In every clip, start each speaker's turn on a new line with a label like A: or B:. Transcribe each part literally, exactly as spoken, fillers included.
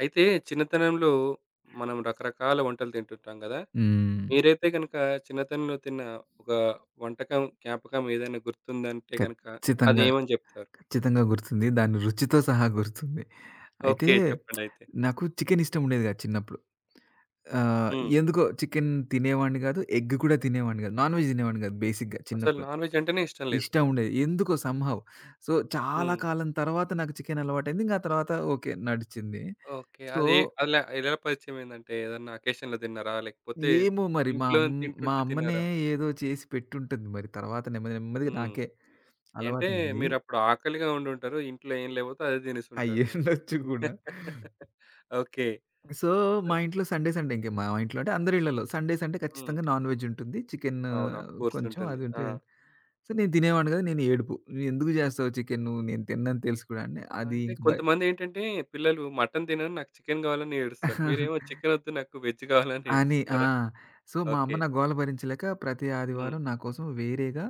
A: అయితే చిన్నతనంలో మనం రకరకాల వంటలు తింటుంటాం కదా!
B: హ్మ్.
A: మీరైతే గనుక చిన్నతనంలో తిన్న ఒక వంటకం, జ్ఞాపకం ఏదైనా గుర్తుందంటే గనుక
B: ఖచ్చితంగా.
A: అదేమని చెప్తారు?
B: ఖచ్చితంగా గుర్తుంది. దాని రుచితో సహా గుర్తుంది. అయితే
A: ఓకే, చెప్పండయితే.
B: నాకు చికెన్ ఇష్టం ఉండేది కాదు చిన్నప్పుడు. ఆహ్,
A: హ్మ్.
B: ఎందుకో చికెన్ తినేవాడిని కాదు. ఎగ్ కూడా తినేవాడిని కాదు. నాన్ వెజ్ తినేవాడిని కాదు బేసిక్‌గా
A: అసలు
B: చిన్నప్పుడు.
A: నాన్‌వెజ్ అంటేనే ఇష్టం లేదు.
B: ఇష్టం ఉండేది. ఎందుకో సమ్‌హౌ. సో, చాలా
A: హ్మ్.
B: కాలం తర్వాత నాకు చికెన్ అలవాటయింది. ఇంక ఆ తర్వాత ఓకే, నడిచింది.
A: ఓకే.
B: సో,
A: అది ఏ- అలా ఎలా పరిచయమైందంటే ఏదన్నా అకేషన్‌లో తిన్నారా? లేకపోతే
B: ఏమో మరి మా
A: ఇంట్లో
B: అమ్ మా
A: తింటుంటే
B: అమ్మనే
A: తిన్నారా?
B: ఏదో చేసి పెట్టుంటుంది మరి. తర్వాత నెమ్మది నెమ్మదిగా
A: హ్మ్.
B: నాకే
A: అంటే
B: అలవాటయింది.
A: మీరప్పుడు ఆకలిగా ఉండుంటారు. ఇంట్లో ఏం లేకపోతే అదే తినేసుంటారు మీరు.
B: అయ్యుండొచ్చు కూడా.
A: ఓకే.
B: సో,
A: సో,
B: మా ఇంట్లో సండేస్ అంటే, ఇంక మా ఇంట్లో అంటే అందరి ఇళ్లలో సండేస్ అంటే
A: హ్మ్.
B: ఖచ్చితంగా నాన్‌వెజ్ ఉంటుంది. చికెన్
A: అవును, ఆఫ్ కోర్స్
B: కొంచెం
A: ఉంటుంది.
B: అది
A: ఆ!
B: ఉంటే, సో, నేను తినేవాడిని కాదు. నేను ఏడుపు, "నువ్వెందుకు చేస్తావు చికెను? నేను తిననని తెలుసు కూడా" అంటే అది
A: అంటే
B: ఇంక బ
A: కొంతమందేంటంటే పిల్లలు మటన్ తినను నాకు చికెన్ కావాలని ఏడుస్తారు. మీరేమో చికెన్ వద్దు నాకు వెజ్ కావాలని
B: అని. ఆ!
A: ఏడుస్తున్నారా?
B: సో, మా అమ్మ
A: ఓకే.
B: నా గోల భరించలేక ప్రతి
A: హ్మ్.
B: ఆదివారం నా కోసం వేరేగా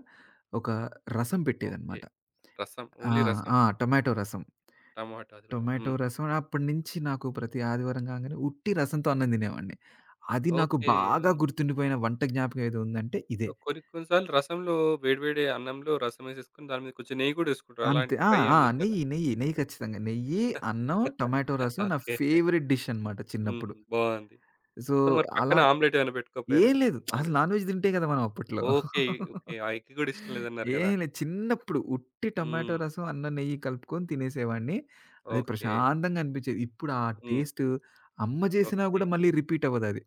B: ఒక రసం
A: ఓకే.
B: పెట్టేదన్నమాట.
A: రసం.
B: ఆ!
A: ఓన్లీ రసం.
B: ఆ! టొమాటో రసం.
A: టమాటా అది కూడా.
B: టొమాటో
A: హ్మ్.
B: రసం అప్పటినుంచి నాకు ప్రతి ఆదివారం కాగానే ఉట్టి రసంతో అన్నం తినేవాడిని. అది నాకు
A: ఓకే. ఆ!
B: బాగా గుర్తుండిపోయిన వంట జ్ఞాపకం ఏదో ఉందంటే ఇదే.
A: కొన్ని కొన్ని సార్లు రసంలో వేడి వేడి అన్నంలో రసం వేసేసుకొని దాని మీద కొంచెం నెయ్యి కూడా వేసుకుంటారు.
B: అంతే.
A: అలాంటి
B: ఆ!
A: ట్రై
B: ఆ!
A: ఏమైనా చేసారా?
B: నెయ్యి, నెయ్యి, నెయ్యి ఖచ్చితంగా. నెయ్యి, అన్నం, టొమాటో రసం నా
A: ఓకే.
B: ఫేవరెట్ డిష్ అన్నమాట
A: హ్మ్.
B: చిన్నప్పుడు.
A: బావుంది.
B: సో,
A: సో, మరి
B: అలా
A: పక్కన ఆమ్లెట్ ఏమైనా పెట్టుకోకపోయారా?
B: ఏం లేదు. అసలు
A: ఆమ్లెట్.
B: నాన్ వెజ్ తింటే కదా మనం అప్పట్లో.
A: ఓకే. ఓకే. ఆ ఎగ్ కూడా ఇష్టం లేదన్నారు
B: ఏం
A: కదా!
B: లేదు. చిన్నప్పుడు ఉట్టి టమాటో
A: హ్మ్.
B: రసం, అన్నం, నెయ్యి కలుపుకొని తినేసేవాడిని. అది
A: ఓకే.
B: ప్రశాంతంగా అనిపిచ్చేది. ఇప్పుడు ఆ
A: హ్మ్.
B: టేస్ట్ అమ్మ జేసినా
A: ఓకే.
B: గూడా మళ్ళీ రిపీట్ అవ్వదది.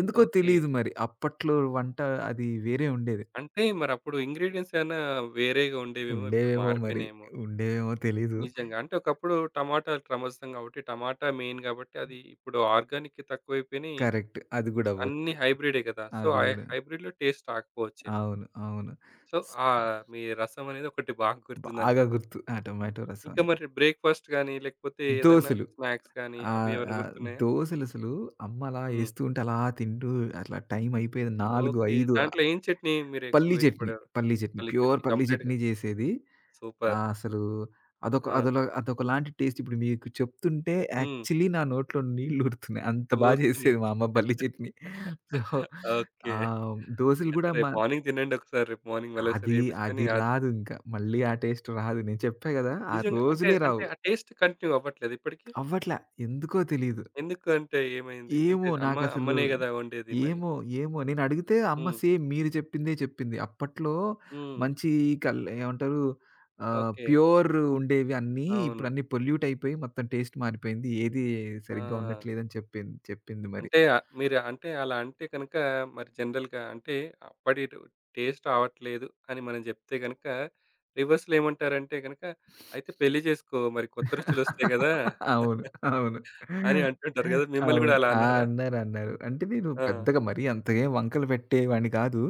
B: ఎందుకో
A: ఓకే.
B: తెలీదు మరి. అప్పట్లో వంట అది వేరే ఉండేది.
A: అంటే మరప్పుడు ఇంగ్రీడియెంట్స్ ఏమన్నా వేరేగా ఉండేవేమో, ఇప్పుడు
B: ఉండేవేమో మరి.
A: మారిపోయినాయేమో.
B: ఉండేవేమో తెలీదు.
A: నిజంగా. అంటే ఒకప్పుడు టమాటాలు క్రమస్థం కాబట్టి, టమాటా మెయిన్ కాబట్టి, అది ఇప్పుడు ఆర్గానిక్ తక్కువైపోయినాయి.
B: కరెక్ట్. అది గూడా అవ్వచ్చు.
A: అన్నీ హైబ్రిడే కదా! సో,
B: అది
A: ఆ
B: గూడా.
A: హైబ్రిడ్‌లో టేస్ట్ రాకపోవచ్చేమో.
B: అవును. అవును.
A: సో,
B: స్
A: ఆహ్, మీ రసం అనేది ఒకటి బాగా
B: బాగా
A: గుర్తుందనమాట.
B: గుర్తు ఆ టమాటో రసం
A: ఇంకా
B: అనేది.
A: మరి బ్రేక్‌ఫాస్ట్ గాని, లేకపోతే ఏదన్నా
B: దోసలు.
A: స్నాక్స్ గాని
B: ఆ!
A: అవి
B: ఆ!
A: ఏమైనా గుర్తున్నాయా?
B: దోసలసలు అమ్మ అలా
A: హ్మ్.
B: ఏస్తూ ఉంటే అలా తింటూ అట్లా టైం అయిపోయేది నాలుగు,
A: ఓకే.
B: ఐదు.
A: దాంట్లో ఏం చట్నీ మీరు
B: పల్లీ
A: ఎక్కువగా
B: చట్నీ,
A: ఇష్టపడేవారు?
B: పల్లీ చట్నీ.
A: పల్లి
B: ప్యూర్
A: చట్నీ
B: పల్లీ
A: కంప్లీట్‌గా.
B: చట్నీ చేసేది. ఆ!
A: సూపర్.
B: అసలు అదొక
A: ఆ!
B: అదొల అదొకలాంటి టేస్ట్, ఇప్పుడు మీకు చెప్తుంటే
A: హ్మ్.
B: యాక్చువల్లీ నా నోట్లో నీళ్ళు ఊరుతున్నాయి. అంత బా
A: ఊరుకునే.
B: చేసేది మా అమ్మ పల్లీ చట్నీ. So,
A: okay.
B: ఆహ్, దోసలు
A: అయితే
B: గూడా మా
A: రేపు మార్నింగ్ తినండి ఒకసారి. రేపు మార్నింగ్ మళ్ళీ ఒకసారి
B: అది
A: చేపించుకొని
B: అది
A: ఆద్
B: రాదు ఇంకా. మళ్ళీ ఆ టేస్ట్ రాదు. నేను చెప్పా గదా! ఆ
A: నిజంగా అంటే
B: రోజులే
A: అంటే
B: రావు.
A: ఆ టేస్ట్ కంటిన్యూ అవ్వట్లేదా ఇప్పటికి?
B: అవ్వట్లా. ఎందుకో తెలీదు.
A: ఎందుకు అంటే ఏమైంది? అంటే
B: ఏమో
A: అమ్మ
B: నాకసలు
A: అమ్మనే గదా వండేది మరి.
B: ఏమో, ఏమో నేనడిగితే అమ్మ
A: హ్మ్.
B: సేమ్ మీరు చెప్పిందే చెప్పింది. అప్పట్లో
A: హ్మ్.
B: మంచి కల్ ఏమంటారు, ఆహ్,
A: ఓకే.
B: ప్యూర్ ఉండేవి అన్నీ.
A: అవును.
B: ఇప్పుడన్నీ పొల్యూట్ అయిపోయి మొత్తం టేస్ట్ మారిపోయింది. ఏది
A: ఆ!
B: సరిగ్గా ఉండట్లేదని చెప్పింది. చెప్పింది మరి.
A: అంటే ఆహ్, మీరు అంటే అలా అంటే గనుక మరి జనరల్‌గా అంటే అప్పటి టు టేస్ట్ రావట్లేదు అని మనం జెప్తే గనుక రివర్స్‌లో ఏమంటారంటే గనుక అయితే పెళ్లి జేసుకో మరి కొత్త రుచులొస్తాయి గదా!
B: అవును. అవును.
A: అని అంటుంటారు గదా! మిమ్మల్ని గూడా
B: అవును.
A: అలా
B: ఆ!
A: అన్నారా?
B: అన్నారు, అన్నారు. అంటే నేను
A: ఆ!
B: పెద్దగా మరీ అంత ఏం వంకలు పెట్టేవాడిని కాదు.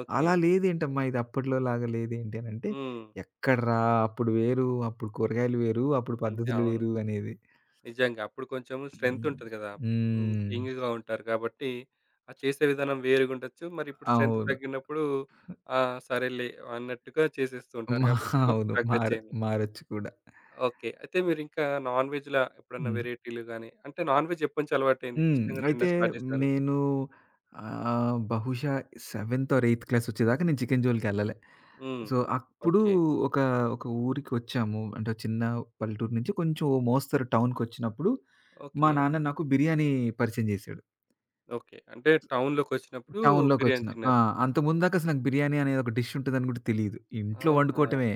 A: ఓకే.
B: అలా లేదేంటమ్మా ఇది, అప్పట్లో లాగా లేదేంటి అనంటే,
A: హ్మ్.
B: ఎక్కడ్రా, అప్పుడు వేరు, అప్పుడు కూరగాయలు వేరు, అప్పుడు
A: అంటే
B: పద్ధతులు
A: అవును.
B: వేరు అనేది.
A: నిజంగా. అప్పుడు కొంచెం స్ట్రెంత్
B: హ్మ్.
A: ఉంటది గదా! హ్మ్.
B: హ్మ్.
A: యంగ్‌గా ఉంటారు కాబట్టి, ఆ చేసే విధానం వేరుగుండొచ్చు. మరి ఇప్పుడు స్ట్రెంత్
B: అవును.
A: తగ్గినప్పుడు ఆ! సరేలే అన్నట్టుగా చేసేస్తూ ఉంటారు
B: మా
A: కాబట్టి కొంచెం
B: అవును. మార
A: తగ్గచ్చేమో.
B: మారొచ్చు కూడా.
A: ఓకే. అయితే మీరింకా నాన్ వెజ్‌లా ఎప్పుడన్నా
B: హ్మ్.
A: వేరైటీలు గాని, అంటే నాన్ వెజ్ ఎప్పటి నుంచి అలవాటయింది?
B: హ్మ్.
A: ఇష్టంగా
B: అయితే
A: తినడం స్టార్ట్ చేశారు?
B: నేను ఆహ్, బహుశా సెవెంత్ ఆర్ ఎయిత్ క్లాస్ వచ్చేదాకా నేను చికెన్ జోలికెళ్ళలే.
A: హ్మ్.
B: సో, అప్పుడు
A: ఓకే.
B: ఒక, ఒక ఊరికొచ్చాము. అంటే చిన్న పల్లెటూరు నుంచి కొంచెం ఓ మోస్తరు టౌన్‌కొచ్చినప్పుడు, మా
A: ఓకే.
B: నాన్న నాకు బిర్యానీ పరిచయం చేశాడు.
A: ఓకే. అంటే టౌన్‌లోకొచ్చినప్పుడు బిర్యానీ
B: టౌన్‌లోకొచ్చినాం. ఆ!
A: తిన్నారు.
B: అంతకుముందు దాకా అసలు నాకు బిర్యానీ అనేది ఒక డిష్ ఉంటదని గూడా తెలీదు. ఇంట్లో
A: ఆహా!
B: వండుకోవటమే.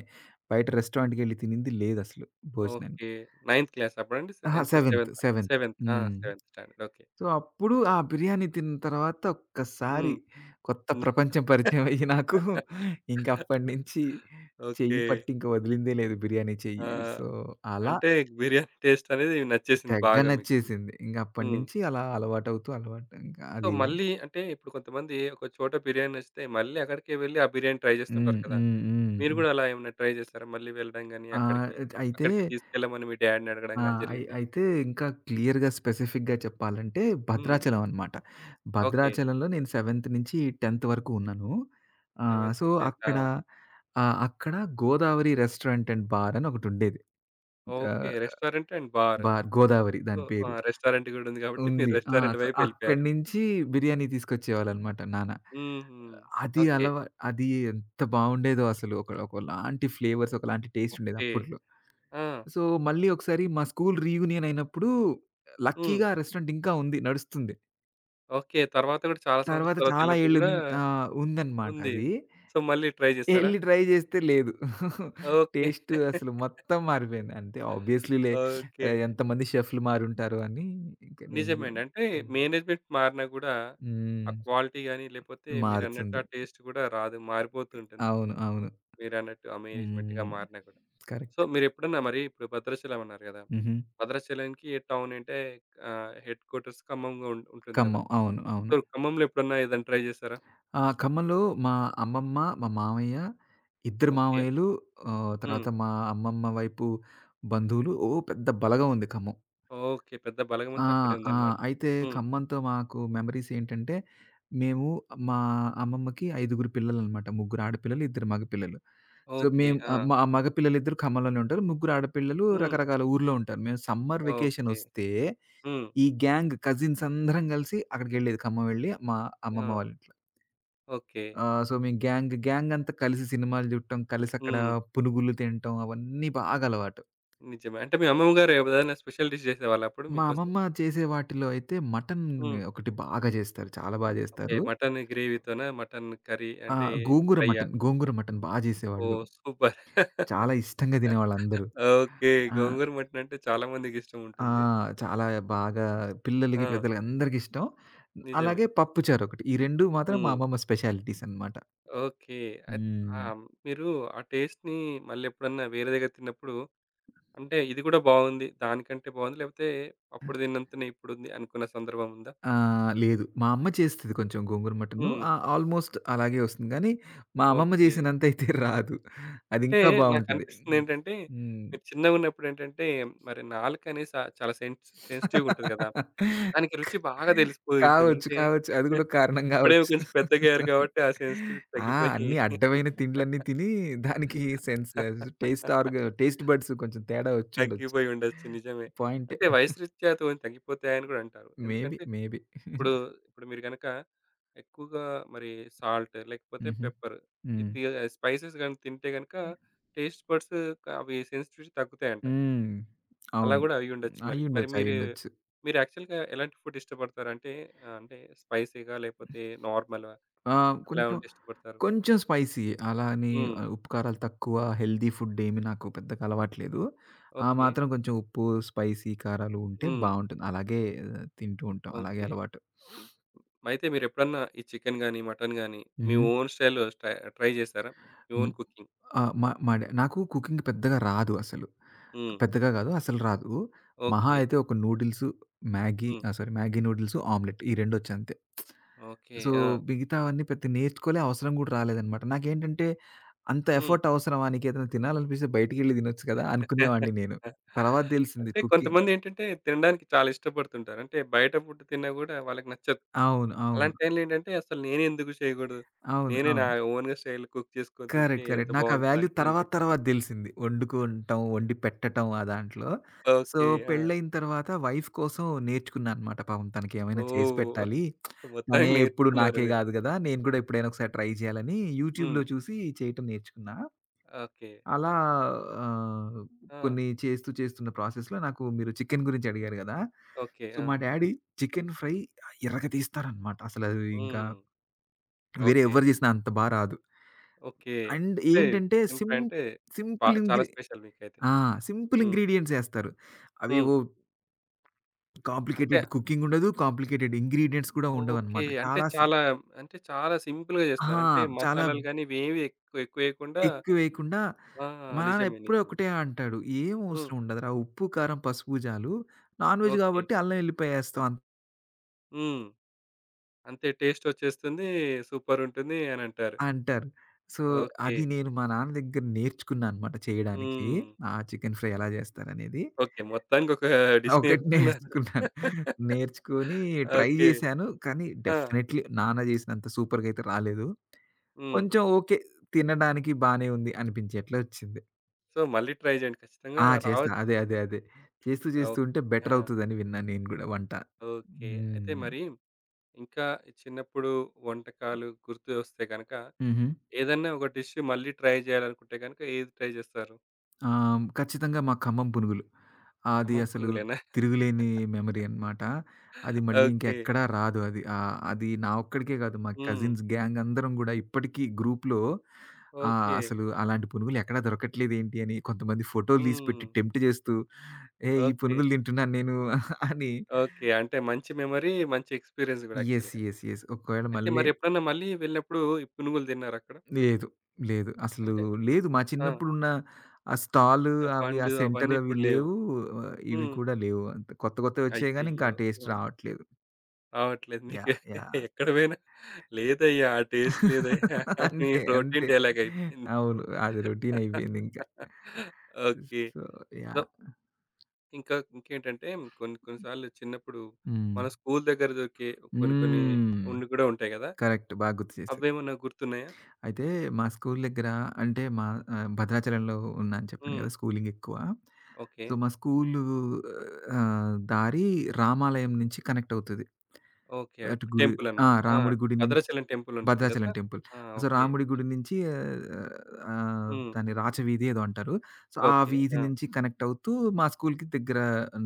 B: బయట రెస్టారెంట్‌కెళ్ళి తినింది లేదసలు భోజనానికి.
A: ఓకే. నైన్త్ క్లాస్ అప్పుడండి? సె
B: అహా!
A: ఎంత్
B: సెవెంత్.
A: సెవెంతా?
B: సెవెంత్.
A: సెవెంత్. ఆ!
B: హ్మ్.
A: Seventh standard. ఓకే.
B: సో, అప్పుడు ఆ బిర్యానీ తిన్న తర్వాత ఒక్కసారి
A: హ్మ్.
B: కొత్త ప్రపంచం పరిచయం అయ్యి నాకు, ఇంక అప్పటి నుంచి చెయ్యి
A: ఓకే.
B: పట్టి ఇంక వదిలిందే లేదు బిర్యానీ
A: ఆ!
B: చెయ్యి. సో, అలా
A: అంటే బిర్యానీ టేస్ట్ అనేది నచ్చేసింది
B: తెగ
A: బాగా మీకు.
B: నచ్చేసింది. ఇంక అప్పటి
A: హ్మ్.
B: నుంచి అలా అలవాటవుతూ అలవాటు ఇంకా
A: సో,
B: అది.
A: మళ్ళీ అంటే ఇప్పుడు కొంతమంది ఒక చోట బిర్యానీ నచ్చితే మళ్ళీ అక్కడికే వెళ్లి ఆ బిర్యానీ ట్రై
B: హ్మ్.
A: చేస్తుంటారు కదా!
B: హ్మ్. హ్మ్.
A: మీరు
B: హ్మ్.
A: గూడా అలా ఏమైనా ట్రై చేసారా? మళ్ళీ వెళ్ళడం గాని
B: ఆహ్,
A: అక్కడికి,
B: అయితే
A: అక్కడికి తీసుకెళ్ళమని మీ డ్యాడీని అడగడం
B: ఆ!
A: గాని
B: అయి
A: జరిగిందా?
B: అయితే ఇంకా క్లియర్‌గా స్పెసిఫిక్‌గా చెప్పాలంటే
A: హ్మ్.
B: భద్రాచలం అనమాట.
A: ఓకే.
B: భద్రాచలంలో నేను సెవెంత్ నుంచి టెంత్ వరకు ఉన్నాను. ఆహ్,
A: సెవెంత్,
B: సో,
A: టెంత్. ఆ!
B: అక్కడ ఆహ్, అక్కడ గోదావరి రెస్టారెంట్ అండ్ బార్ అని ఒకటుండేది.
A: ఓకే.
B: ఆహ్,
A: restaurant and bar.
B: Bar Godavari
A: so,
B: దాని
A: ఆ!
B: పేరు.
A: రెస్టారెంట్ గూడుంది గాబట్టి మీరు
B: ఉంది. ఆ!
A: రెస్టారెంట్
B: సో, అక్కడి
A: వైపెళ్ళిపోయారు.
B: నుంచి బిర్యానీ తీసుకొచ్చేవాళ్ళనమాట నాన్న.
A: హుహు.
B: అది
A: ఓకే.
B: అలవా అది ఎంత బావుండేదో అసలు. ఒక ఒకలాంటి ఫ్లేవర్స్, ఒకలాంటి టేస్ట్ ఉండేది
A: ఓకే.
B: అప్పట్లో.
A: ఆ!
B: సో, మళ్ళీ ఒకసారి మా స్కూల్ రీయూనియన్ అయినప్పుడు
A: హ్మ్.
B: లక్కీగా ఆ రెస్టారెంట్ ఇంకా ఉంది, నడుస్తుంది.
A: ఓకే. తర్వాత గూడా చాలా సంవత్సరాల
B: తర్వాత చాలా
A: తర్వాతెళ్ళినప్పుడు
B: ఏళ్ళు
A: గూడా
B: నుం ఆహ్, ఉందనమాట
A: ఉంది.
B: అది.
A: సో, మళ్ళీ ట్రై జేసారా?
B: ఎళ్లి ట్రై జేస్తే లేదు.
A: ఓకే.
B: టేస్ట్ అసలు మొత్తం మారిపోయింది. అంతే ఆబ్వియస్లీలే.
A: ఓకే.
B: ఆహ్, ఎంతమంది షెఫ్‌లు మారుంటారు అని. ఇంక నేను గూడా
A: నిజమేండి. అంటే
B: హ్మ్.
A: మేనేజ్‌మెంట్ మారినా గూడా, ఆ
B: హ్మ్.
A: క్వాలిటీ గాని, లేపోతే మీరన్నట్టు
B: మారుతుంది.
A: ఆ టేస్ట్ గూడా రాదు. మారిపోతూ ఉంటుంది.
B: అవును. అవును.
A: మీరన్నట్టు ఆ మేనేజ్‌మెంట్‌గా
B: హ్మ్.
A: మారినా కూడా. So,
B: correct.
A: మీరెప్పుడన్నా మరి ఇప్పుడు భద్రాచలం అన్నారు గదా!
B: హుహు.
A: భద్రాచలంకి టౌన్ అంటే ఆహ్, హెడ్ క్వార్టర్స్ ఖమ్మంగా ఉం ఉంటుంది గదా!
B: ఖమ్మం. అవును. అవును.
A: సో, ఖమ్మంలో ఎప్పుడన్నా ఏదైనా ట్రై జేసారా?
B: ఆ! ఖమ్మంలో మా అమ్మమ్మ, మా మామయ్య, ఇద్దరు
A: ఓకే.
B: మామయ్యలు, ఆహ్,
A: హ్మ్.
B: తర్వాత మా అమ్మమ్మ వైపు బంధువులు ఓ పెద్ద బలగం ఉంది ఖమ్మం.
A: ఓకే. పెద్ద బలగం
B: ఆ!
A: అంతా అక్కడే
B: ఆ!
A: ఉందన్నమాట.
B: అయితే
A: హ్మ్.
B: ఖమ్మంతో మాకు మెమరీస్ ఏంటంటే, మేము మా అమ్మమ్మకి ఐదుగురు పిల్లలనమాట. ముగ్గురు ఆడపిల్లలు, ఇద్దరు మగపిల్లలు. So,
A: okay.
B: మేము
A: ఆ!
B: ఆహ్, మా మగపిల్లలిద్దరూ ఖమ్మంలోనే ఉంటారు. ముగ్గురు ఆడపిల్లలు
A: హ్మ్.
B: రకరకాల ఊర్లో ఉంటారు. మేము సమ్మర్
A: ఓకే.
B: వెకేషనొస్తే,
A: హ్మ్.
B: ఈ గ్యాంగ్ కజిన్స్ అందరం కలిసి అక్కడికెళ్ళేది, ఖమ్మం వెళ్ళి మా
A: ఆ!
B: అమ్మమ్మ వాళ్ళ
A: ఓకే.
B: ఆ! సో, మేము గ్యాంగ్, గ్యాంగ్ అంతా కలిసి సినిమాలు జూడటం, కలిసక్కడ
A: హ్మ్.
B: పునుగులు తినటం అవన్నీ బాగా అలవాటు.
A: నిజమే. అంటే మీ అమ్మమ్మ గారు ఏదైనా స్పెషల్ డిష్ జేసేవాళ్ళా అప్పుడు
B: మా
A: మీకోసం?
B: అమ్మమ్మ చేసే వాటిలో అయితే మటన్
A: హ్మ్.
B: ఒకటి బాగా జేస్తారు. చాలా బా
A: ఓకే.
B: జేస్తారు.
A: మటన్ గ్రేవీతోనా? మటన్ కర్రీ
B: ఆ!
A: అంటే
B: గోంగూర
A: ఫ్రైయ్యా?
B: మటన్, గోంగూర మటన్ బా జేసేవాళ్ళు.
A: ఓహ్! సూపర్.
B: చాలా ఇష్టంగా తినేవాళ్ళందరూ.
A: ఓకే.
B: ఆ!
A: గోంగూర మటన్ అంటే చాలా మందికిష్టం
B: ఆ!
A: ఉంటుంది.
B: చాలా బాగా, పిల్లలకి,
A: ఆ!
B: పెద్దలకి అందరికిష్టం.
A: నిజమే.
B: అలాగే పప్పుచారొకటి. ఈ రెండు మాత్రం మా
A: హ్మ్.
B: అమ్మమ్మ స్పెషాలిటీస్ అనమాట.
A: ఓకే. అయి ఆ!
B: హ్మ్.
A: మీరు ఆ టేస్ట్‌ని మళ్ళెప్పుడన్నా వేరే దగ్గర తిన్నప్పుడు అంటే ఇది గూడా బావుంది. దానికంటే బావుంది. లేకపోతే అప్పుడు తిన్నంతనే ఇప్పుడుంది అనుకున్న సందర్భం ఉందా?
B: ఆ! లేదు. మా అమ్మ చేస్తది కొంచెం గోంగూర మటను.
A: హ్మ్.
B: ఆహ్, ఆల్‌మోస్ట్ అలాగే వస్తుంది. కానీ మా అమ్మమ్మ
A: ఓకే.
B: చేసినంతయితే రాదు. అది
A: అంటే
B: ఇంకా బావుంటది.
A: నాకనిపిస్తుందేంటంటే
B: హ్మ్.
A: మీరు చిన్నగున్నప్పుడేంటంటే మరి నాలుకనేసి చాలా సెన్స్ సెన్సిటివ్‌గుంటది గదా! దానికి రుచి బాగా తెలిసిపోయి ఉంటుంది.
B: కావచ్చు.
A: అంటే
B: కావచ్చు. అది కూడా ఒక కారణం
A: ఇప్పుడేమో
B: కావచ్చు.
A: కొంచెం పెద్దగయ్యారు కాబట్టి ఆ సెన్సిటివిటీ
B: ఆ!
A: తగ్గిపోయి
B: అన్నీ అడ్డమైన తిండ్లన్నీ తిని దానికి సెన్స్ టేస్ట్ ఆర్గ్ టేస్ట్ బడ్స్ కొంచెం తేడా వచ్చుండొచ్చు.
A: తగ్గిపోయి ఉండొచ్చు. నిజమే.
B: పాయింటే.
A: అంటే వయసు రీత్యా తో తగ్గిపోతాయని కూడా అంటారు.
B: మేబీ.
A: ఎందుకంటే
B: మేబీ.
A: ఇప్పుడు, ఇప్పుడు మీరు గనక ఎక్కువగా మరి సాల్ట్ లేకపోతే
B: హుహు.
A: పెప్పర్,
B: హ్మ్.
A: ఇది స్పైసెస్ గాని తింటే గనక టేస్ట్ బడ్స్ అవి సెన్సిటివిటీ తగ్గుతాయంట.
B: హ్మ్.
A: అలా
B: అవును.
A: కూడా అయ్యుండొచ్చు మరి. మరి
B: అయ్యుండొచ్చు.
A: మీరు,
B: అయ్యుండొచ్చు.
A: మీరు యాక్చువల్‌గా ఎలాంటి ఫుడ్ ఇష్టపడతారు? అంటే ఆహ్, అంటే స్పైసీగా లేకపోతే నార్మలా?
B: ఆ!
A: ఇలా
B: కొంచెం,
A: ఉంటే ఇష్టపడతారు.
B: కొంచెం స్పైసీయే. అలా అని
A: హ్మ్.
B: ఆహ్, ఉప్పు కారాలు తక్కువ, హెల్తీ ఫుడ్డేమి నాకు పెద్దగా అలవాట్లేదు. ఆ
A: ఓకే.
B: మాత్రం కొంచెం ఉప్పు, స్పైసీ కారాలు ఉంటే
A: హ్మ్.
B: బావుంటుంది. అలాగే ఆహ్, తింటూ ఉంటాం. అలాగే
A: ఓకే.
B: అలవాటు.
A: అయితే మీరెప్పుడన్నా ఈ చికెన్ గాని, మటన్ గాని మీ
B: హుహు.
A: ఓన్ స్టైల్‌లో స్టై ట్రై చేసారా? మీ
B: హ్మ్.
A: Own cooking.
B: ఆహ్, మా మా డా నాకు కుకింగ్ పెద్దగా రాదు అసలు.
A: హ్మ్.
B: పెద్దగా కాదు, అసలు రాదు. మహా
A: ఓకే.
B: అయితే ఒక నూడిల్సు, మ్యాగీ,
A: హ్మ్.
B: ఆహ్, సారీ, మ్యాగీ నూడిల్సు, ఆమ్లెట్ ఈ రెండొచ్చంతే.
A: ఓకే.
B: సో,
A: ఆ!
B: మిగతావన్నీ పెద్ద నేర్చుకోలే, అవసరం గూడా రాలేదనమాట. నాకేంటంటే, అంత
A: హ్మ్.
B: ఎఫర్ట్ అవసరమా? నీకేదైనా తినాలనిపిస్తే బయటికెళ్ళి తినొచ్చు కదా అనుకునేవాడిని నేను. తర్వాత తెలిసింది
A: అంటే
B: కుకింగ్.
A: కొంతమందేంటంటే తినడానికి చాలా ఇష్టపడుతుంటారు. అంటే బయట ఫుడ్ తిన్నా గూడా వాళ్ళకి నచ్చదు.
B: అవును. అవును.
A: అలాంటి టైంలో ఏంటంటే అసలు నేనే ఎందుకు చేయకూడదు?
B: అవును.
A: నేనే నా
B: అవును.
A: ఓన్‌గా స్టైల్‌లో కుక్ చేసుకొని తింటే
B: కరెక్ట్.
A: ఎంత
B: కరెక్ట్. నాకు ఆ వాల్యూ
A: బావుంటదని కూడా
B: తర్వాత
A: అనుకుంటారు.
B: తర్వాత దెలిసింది. వండుకుంటం, వండి పెట్టటం ఆ దాంట్లో. So,
A: okay. ఆ!
B: పెళ్ళైన తర్వాత వైఫ్ కోసం నేర్చుకున్నా అనమాట. పాపం తనకేమైనా చేసి
A: ఓహ్!
B: పెట్టాలి. తనే
A: మొత్తానికి
B: ఎప్పుడు
A: నేర్చుకున్నారు
B: నాకే
A: మీరు.
B: గాదు గదా! నేను గూడా ఎప్పుడైనా ఒకసారి ట్రై జేయాలని యూట్యూబ్‌లో
A: హ్మ్.
B: చూసి చేయటం నేర్చుకున్నా.
A: ఓకే.
B: అలా ఆహ్,
A: ఆ!
B: కొన్ని చేస్తూ, చేస్తున్న ప్రాసెస్‌లో, నాకు మీరు చికెన్ గురించి అడిగారు గదా!
A: ఓకే.
B: సో,
A: ఆ!
B: మా డ్యాడీ చికెన్ ఫ్రై ఎర్రగా తీస్తారనమాట. అసలు అది ఇంకా
A: హ్మ్.
B: వేరే
A: ఓకే.
B: ఎవ్వరు చేసినా అంత బా రాదు.
A: ఓకే.
B: అండ్
A: అంటే
B: ఏంటంటే
A: చికెన్
B: సిం
A: ఫ్రై అంటే పా
B: సింపుల్
A: చాలా
B: ఇంగ్రీ
A: స్పెషల్ మీకైతే.
B: ఆ! సింపుల్
A: హ్మ్.
B: ఇంగ్రీడియెంట్స్ ఏస్తారు.
A: హ్మ్.
B: అవేవో
A: అంటే
B: కాంప్లికేటెడ్ కుకింగ్ ఉండదు. కాంప్లికేటెడ్ ఇంగ్రీడియెంట్స్ కూడా
A: ఓకే.
B: ఉండవనమాట.
A: అంటే
B: చాలా సి
A: చాలా అంటే చాలా సింపుల్‌గా
B: ఆ!
A: చేస్తారు. అంటే
B: చాలా
A: మసాలాలు గాని ఇవేవి ఎక్కువ ఎక్కువేయకుండా
B: ఎక్కువేయకుండా
A: ఆ!
B: మా నాన్న
A: నిజమే.
B: ఎప్పుడూ
A: నిజమే.
B: ఒకటే అంటాడు. "ఏం
A: హ్మ్.
B: అవసరం ఉండదురా! ఉప్పు, కారం, పసుపు, జాలు. Non veg
A: okay.
B: కాబట్టి అల్లం, ఎల్లిపాయ ఏస్తాం అం"
A: హ్మ్. అంతే టేస్ట్ వచ్చేస్తుంది. సూపరుంటుంది అనంటారు.
B: అంటారు. So,
A: okay.
B: అది నేను మా నాన్న దగ్గర నేర్చుకున్నా అనమాట చేయడానికి,
A: హ్మ్.
B: ఆ చికెన్ ఫ్రై ఎలా జేస్తారనేది.
A: ఓకే. మొత్తానికొక డిష్
B: ఒకటి
A: నేర్చుకున్నారు.
B: నేర్చుకున్నాను. నేర్చుకొని ట్రై
A: ఓకే.
B: జేశాను. కానీ
A: ఆ!
B: డెఫినైట్‌లీ నాన్న జేసినంత సూపర్‌గా అయితే రాలేదు.
A: హ్మ్.
B: కొంచెం ఓకే, తినడానికి బానే ఉంది అనిపించేట్లా ఒచ్చింది.
A: సో, మళ్ళీ ట్రై జేయండి. ఖచ్చితంగా
B: ఆ! చేస్తా.
A: రావచ్చు.
B: అదే. అదే. అదే. చేస్తూ చేస్తూ
A: ఓహ్!
B: ఉంటే
A: ఆ!
B: బెటర్ అవుతదని విన్నాను నేను గూడా వంట.
A: ఓకే. అయితే
B: హ్మ్.
A: మరి ఇంకా చిన్నప్పుడు వంటకాలు గుర్తు వస్తే గనక,
B: హుహు.
A: ఏదన్నా ఒక డిష్ మళ్ళీ ట్రై జేయాలనుకుంటే గనక ఏది ట్రై జేస్తారు?
B: ఆ! ఖచ్చితంగా మా ఖమ్మం పునుగులు. అది
A: ఖమ్మం
B: అసలు
A: పునుగులేనా?
B: తిరుగులేని మెమరీ అన్నమాట. అది మళ్ళీ
A: ఓకే.
B: ఇంకెక్కడా రాదు అది. ఆహ్, అది నా ఒక్కడికే కాదు, మా
A: హ్మ్.
B: కజిన్స్ గ్యాంగ్ అందరం గూడా ఇప్పటికీ గ్రూప్‌లో ఆహ్,
A: ఓకే.
B: అసలు అలాంటి పునుగులు ఎక్కడా దొరకట్లేదేంటి అని కొంతమంది ఫోటోలు తీసి
A: హ్మ్.
B: పెట్టి టెంప్ట్ చేస్తూ, "ఏయ్! ఈ
A: ఓకే.
B: పునుగులు తింటున్నాను నేను" అని.
A: ఓకే. అంటే మంచి మెమరీ, మంచి ఎక్స్‌పీరియన్స్ గూడా
B: యెస్.
A: యాక్చువల్‌గా.
B: యెస్. యెస్. ఒకవేళ
A: అయితే
B: మళ్ళీ
A: మరెప్పుడన్నా మళ్ళీ వెళ్ళినప్పుడు ఈ పునుగులు తిన్నారా అక్కడ?
B: లేదు. లేదు. అసలు
A: అంటే
B: లేదు. మా
A: ఆ!
B: చిన్నప్పుడున్న ఆ స్టాలు
A: ఆ
B: అవి, ఆ
A: పండ్లు
B: సెంటర్
A: అవన్నీ
B: అవి
A: ఇప్పుడు లేవు.
B: లేవు. ఆహ్, ఇవి
A: హ్మ్.
B: కూడా లేవు. అంత, కొత్త కొత్తవి వచ్చాయి గానీ, ఇంకా
A: అయ్యయ్యో!
B: ఆ టేస్ట్
A: ఆ!
B: రావట్లేదు.
A: రావట్లేదు మీకు.
B: యాహ్! యాహ్!
A: ఎక్కడ పోయినా లేదయ్యా ఆ టేస్ట్ లేదయ్యా మీ
B: అంతే. అంతే.
A: రొటీన్ డైలాగ్ అయిపోయింది.
B: అవును. అది రొటీన్ అయిపోయిందింకా.
A: ఓకే.
B: So,
A: so,
B: yeah!
A: ఇంకా ఇంకేంటంటే కొన్ని కొన్ని సార్లు చిన్నప్పుడు
B: హ్మ్.
A: మన స్కూల్ దగ్గర దొరికే కొన్ని కొన్ని
B: హ్మ్.
A: ఉండి కూడా ఉంటాయి గదా!
B: కరెక్ట్. బాగా గుర్తు చేశారు.
A: అవేమన్నా గుర్తున్నాయా?
B: అయితే మా స్కూల్ దగ్గర, అంటే మా ఆహ్, భద్రాచలంలో ఉన్నా అని చెప్పాను
A: హ్మ్.
B: కదా! స్కూలింగ్ ఎక్కువ.
A: ఓకే.
B: సో, మా స్కూలు ఆహ్, దారి రామాలయం నుంచి కనెక్ట్ అవుతది.
A: ఓకే అండి.
B: అటు గుడి,
A: టెంపుల్
B: ఆ!
A: అన్నమాట. ఆ!
B: రాముడి గుడి నుంచి,
A: భద్రాచలం టెంపుల్ ఉంటుంది
B: భద్రాచలం
A: గదా!
B: టెంపుల్.
A: ఆ!
B: So,
A: okay.
B: రాముడి గుడి నుంచి ఆహ్,
A: హ్మ్.
B: దాన్ని రాచవీధి ఏదో అంటారు. సో, ఆ
A: ఓకే.
B: వీధి
A: ఆ!
B: నుంచి కనెక్ట్ అవుతూ మా స్కూల్‌కి దగ్గర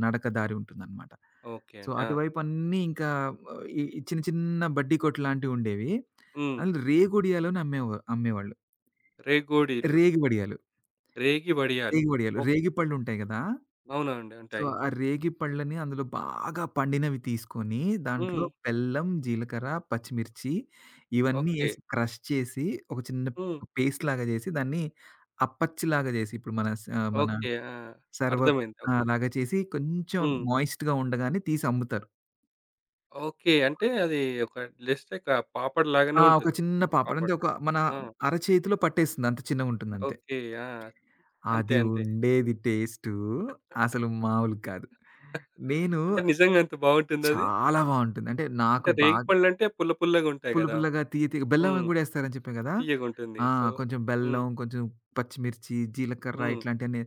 B: నడక దారి ఉంటుందన్నమాట.
A: ఓకే
B: సో,
A: అండి. ఆ!
B: అటువైపు అన్నీ ఇంకా ఆ, ఈ ఈ చిన్న చిన్న బడ్డీ కొట్టులాంటివి ఉండేవి.
A: హ్మ్.
B: అందులో రేగుడియాలను అమ్మేవా అమ్మేవాళ్ళు.
A: రేగోడీలు,
B: రేగి వడియాలు.
A: రేగి వడియాలు.
B: రేగి వడియాలు.
A: ఓకే.
B: రేగిపళ్ళుంటాయి గదా!
A: అవునా అండి?
B: సో,
A: ఉంటాయి.
B: ఆ రేగిపళ్ళని అందులో బాగా పండినవి తీసుకొని, దాంట్లో
A: హ్మ్.
B: బెల్లం, జీలకర్ర, పచ్చిమిర్చి ఇవన్నీ
A: ఓకే.
B: ఏసి క్రష్ చేసి, ఒక చిన్న
A: హ్మ్.
B: పేస్ట్‌లాగా చేసి, దాన్ని అప్పచ్చులాగా చేసి, ఇప్పుడు మన స మన
A: ఓకే. ఆ!
B: సర్వ
A: అర్థమైంది. ఓకే.
B: ఆహ్, లాగా చేసి, కొంచెం
A: హ్మ్.
B: మాయిస్ట్‌గా ఉండగానే తీసి అమ్ముతారు.
A: ఓకే. అంటే అది ఒక జస్ట్ ఒక పాపడ్ లాగానే
B: ఆ! ఒక
A: ఉంటుంది.
B: చిన్న పాపడ్. అంటే
A: పాపడ్.
B: ఒక మన
A: ఆ!
B: అరచేతిలో పట్టేస్తుంది. అంత చిన్నగుంటుందంతే.
A: ఓకే. ఆ! అంతే.
B: అది
A: అంతే.
B: ఉండేది టేస్టు అసలు మామూలు కాదు. నేను
A: అంటే నిజంగా అంత బావుంటుందది?
B: చాలా బావుంటుంది. అంటే నాకు
A: అంటే రేగి
B: బాగా
A: పళ్ళంటే పుల్ల పుల్లగా ఉంటాయి
B: పుల్ల
A: గదా!
B: పుల్లగా, తియ్య తియ్యగా, బెల్లం అని
A: హ్మ్.
B: గూడా ఏస్తారని చెప్పా గదా!
A: తియ్యగుంటుంది.
B: ఆ!
A: సో,
B: కొంచెం
A: హ్మ్.
B: బెల్లం, కొంచెం పచ్చిమిర్చి, జీలకర్ర
A: హ్మ్.
B: ఇట్లాంటియన్నీ.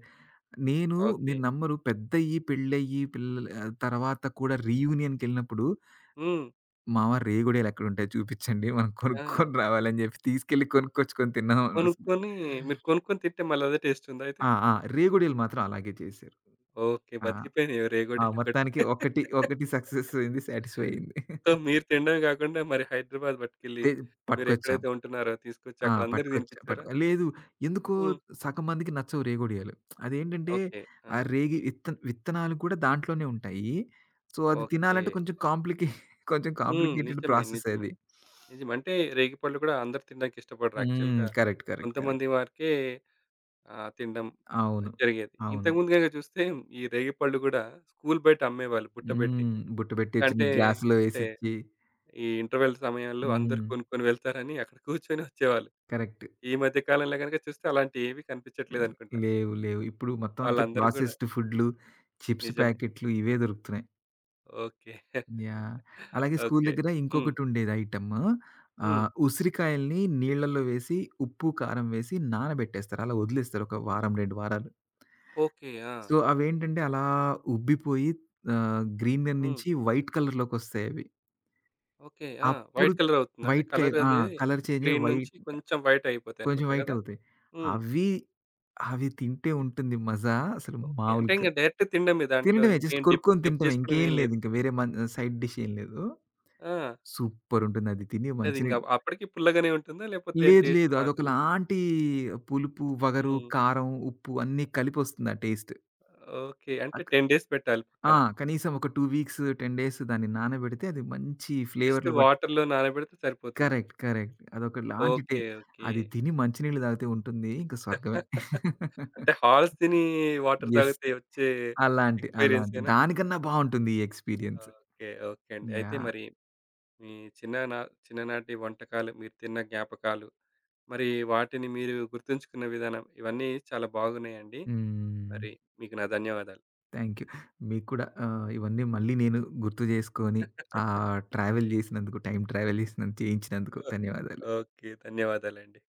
B: నేను
A: ఓకే.
B: మీరు నమ్మరు, పెద్దయ్యి, పెళ్ళయ్యి, పిల్లలు ఆహ్, తర్వాత కూడా రీయూనియన్‌కెళ్ళినప్పుడు,
A: హ్మ్.
B: "మామ రేగుడేలు ఎక్కడుంటాయి చూపిచ్చండి. మనం
A: ఆ!
B: కొనుక్కొని రావాలని" జెప్పి తీసుకెళ్ళి కొనుక్కొచ్చుకొని తిన్నామనసలు.
A: కొనుక్కొని మీరు కొనుక్కొని తింటే మళ్ళీ అదే టేస్టుందా అయితే?
B: ఆ! ఆ! రేగుడేలు మాత్రం అలాగే చేశారు.
A: ఓకే.
B: ఆ!
A: బతికిపోయినాయి
B: ఆ!
A: రేగోటీలొకటి.
B: మొత్తానికి ఒకటి, ఒకటి సక్సెస్ అయింది. సాటిస్ఫై అయింది.
A: సో, మీరు తినడమే గాకుండా మరి హైదరాబాద్ పట్టుకెళ్ళి
B: తే పట్టుకొచ్చాం.
A: మీరెక్కడైతే ఉంటున్నారో తీసుకొచ్చి
B: ఆ!
A: అక్కడ అందరికి
B: పట్టుకొచ్చా.
A: తినిపిచ్చారా?
B: పట్టుకొ లేదు. ఎందుకో
A: హ్మ్.
B: సగం మందికి నచ్చవు రేగుడియాలు. అదేంటంటే,
A: ఓకే. ఆ!
B: ఆ రేగి విత్త విత్తనాలు కూడా దాంట్లోనే ఉంటాయి. సో, అది
A: ఓకే.
B: తినాలంటే కొంచెం కాంప్లికే కొంచెం
A: హ్మ్.
B: కాంప్లికేటెడ్
A: నిజమే.
B: ప్రాసెస్
A: నిజమే.
B: అది.
A: నిజమే. అంటే రేగిపళ్ళు గూడా అందరూ తినడానికి ఇష్టపడరు.
B: హ్మ్.
A: యాక్చువల్‌గా
B: కరెక్ట్. కరెక్ట్. కరెక్ట్.
A: కొంతమంది వారికే ఆహ్, తినడం
B: అవును.
A: జరిగేది.
B: అవును.
A: ఇంతకుముందు గనక చూస్తే ఈ రేగిపళ్ళు గూడా స్కూల్ బయట అమ్మేవాళ్ళు బుట్టబెట్టి.
B: హ్మ్. బుట్ట పెట్టి చిన్న
A: అంటే,
B: గ్లాసులో
A: అంటే
B: వేసిచ్చి.
A: ఈ ఇంటర్వెల్ సమయాల్లో అందరూ
B: హ్మ్.
A: కొనుక్కొని వెళ్తారని అక్కడ కూర్చొని వచ్చేవాళ్ళు.
B: కరెక్ట్.
A: ఈ మధ్య కాలంలో గనక చూస్తే అలాంటియేవి కనిపించట్లేదనుకుంటా
B: లేవు. లేవు. ఇప్పుడు మొత్తం అంతా
A: వాళ్ళందరూ గూడా.
B: ప్రాసెస్డ్ ఫుడ్‌లు, చిప్స్
A: నిజమే.
B: ప్యాకెట్లు ఇవే దొరుకుతున్నాయి.
A: ఓకే.
B: యాహ్! అలాగే స్కూల్
A: ఓకే.
B: దగ్గర
A: హ్మ్.
B: ఇంకొకటుండేది ఐటెము.
A: హ్మ్.
B: ఆహ్, ఉసిరికాయల్ని నీళ్ళల్లో వేసి ఉప్పు, కారం వేసి నానబెట్టేస్తారు. అలా వదిలేస్తారు ఒక వారం, రెండు వారాలు.
A: ఓకే. ఆ!
B: సో, అవేంటంటే అలా ఉబ్బిపోయి, ఆహ్, గ్రీన్ కలర్
A: హ్మ్.
B: నుంచి వైట్ కలర్‌లోకొస్తాయి అవి.
A: ఓకే. ఆ!
B: అప్పుడు
A: వైట్ కలర్ అవుతుంది. అంటే
B: వైట్ కై
A: కలర్
B: ఆ!
A: అనేది
B: కలర్ చేంజ్ అయ్యి
A: గ్రీన్ నుంచి
B: వైట్,
A: కొంచెం వైట్ అయిపోతాయి
B: కొంచెం
A: అనుకుంటా
B: వైట్
A: గదా!
B: అవుతాయి.
A: హ్మ్.
B: అవి, అవి తింటే ఉంటుంది మజా, అసలు
A: ఓకే. అంటే
B: మామూలు
A: ఇంక
B: కాదు.
A: డైరెక్ట్ తినడమే, దాంట్లో
B: తినడమే, జస్ట్
A: ఇంకేం డిప్
B: కొరుక్కొని
A: డిప్
B: తింటమే,
A: చేసుకోవడం
B: ఇంకేం
A: ఏం
B: లేదు.
A: లేదు.
B: ఇంకా వేరే మన్ సైడ్ డిష్ ఏం లేదు.
A: ఆ!
B: సూపరుంటుంది అది తిని
A: అంటే అది ఇంక
B: మంచినీళ్ళు.
A: అప్పటికి పుల్లగానే ఉంటుందా? లేకపోతే
B: లేదు.
A: టేస్ట్
B: లేదు.
A: మారుతుంది?
B: అదొకలాంటి పులుపు, వగరు,
A: హ్మ్.
B: కారం, ఉప్పు అన్నీ కలిపొస్తుంది ఆ టేస్ట్.
A: ఓకే. అంటే
B: అక్
A: పది డేస్ పెట్టాలి
B: ఆ!
A: పక్కన.
B: కనీసం ఒక రెండు వీక్స్, పది డేస్ దాన్ని నానబెడితే అది మంచి
A: జస్ట్
B: ఫ్లేవర్లు బట్.
A: వాటర్‌లో నానబెడితే సరిపోతుంది.
B: కరెక్ట్. కరెక్ట్. అదొకలాంటి టే
A: ఓకే. ఓకే.
B: అది తిని మంచినీళ్ళు తాగితే ఉంటుంది, ఇంక స్వర్గమే.
A: అంటే హాల్స్ తిని వాటర్
B: యెస్.
A: తాగితే వచ్చే
B: అలాంటి, అలాంటి.
A: ఎక్స్‌పీరియన్సేనా?
B: దానికన్నా బావుంటుంది ఈ ఎక్స్‌పీరియన్స్.
A: ఓకే. ఓకే అండి. అయితే
B: యాహ్!
A: మరి మీ చిన్ననా చిన్ననాటి వంటకాలు, మీరు తిన్న జ్ఞాపకాలు, మరి వాటిని మీరు గుర్తుంచుకున్న విధానం ఇవన్నీ చాలా బాగున్నాయండి.
B: హ్మ్.
A: మరి మీకు నా ధన్యవాదాలు.
B: Thank you. మీకు కూడా ఆహ్, ఇవన్నీ మళ్ళీ నేను గుర్తు జేసుకొని, ఆహ్, ట్రావెల్ జేసినందుకు, టైమ్ ట్రావెల్ జేసినందుకు చేయించినందుకు ధన్యవాదాలు.
A: ఓకే. ధన్యవాదాలండి.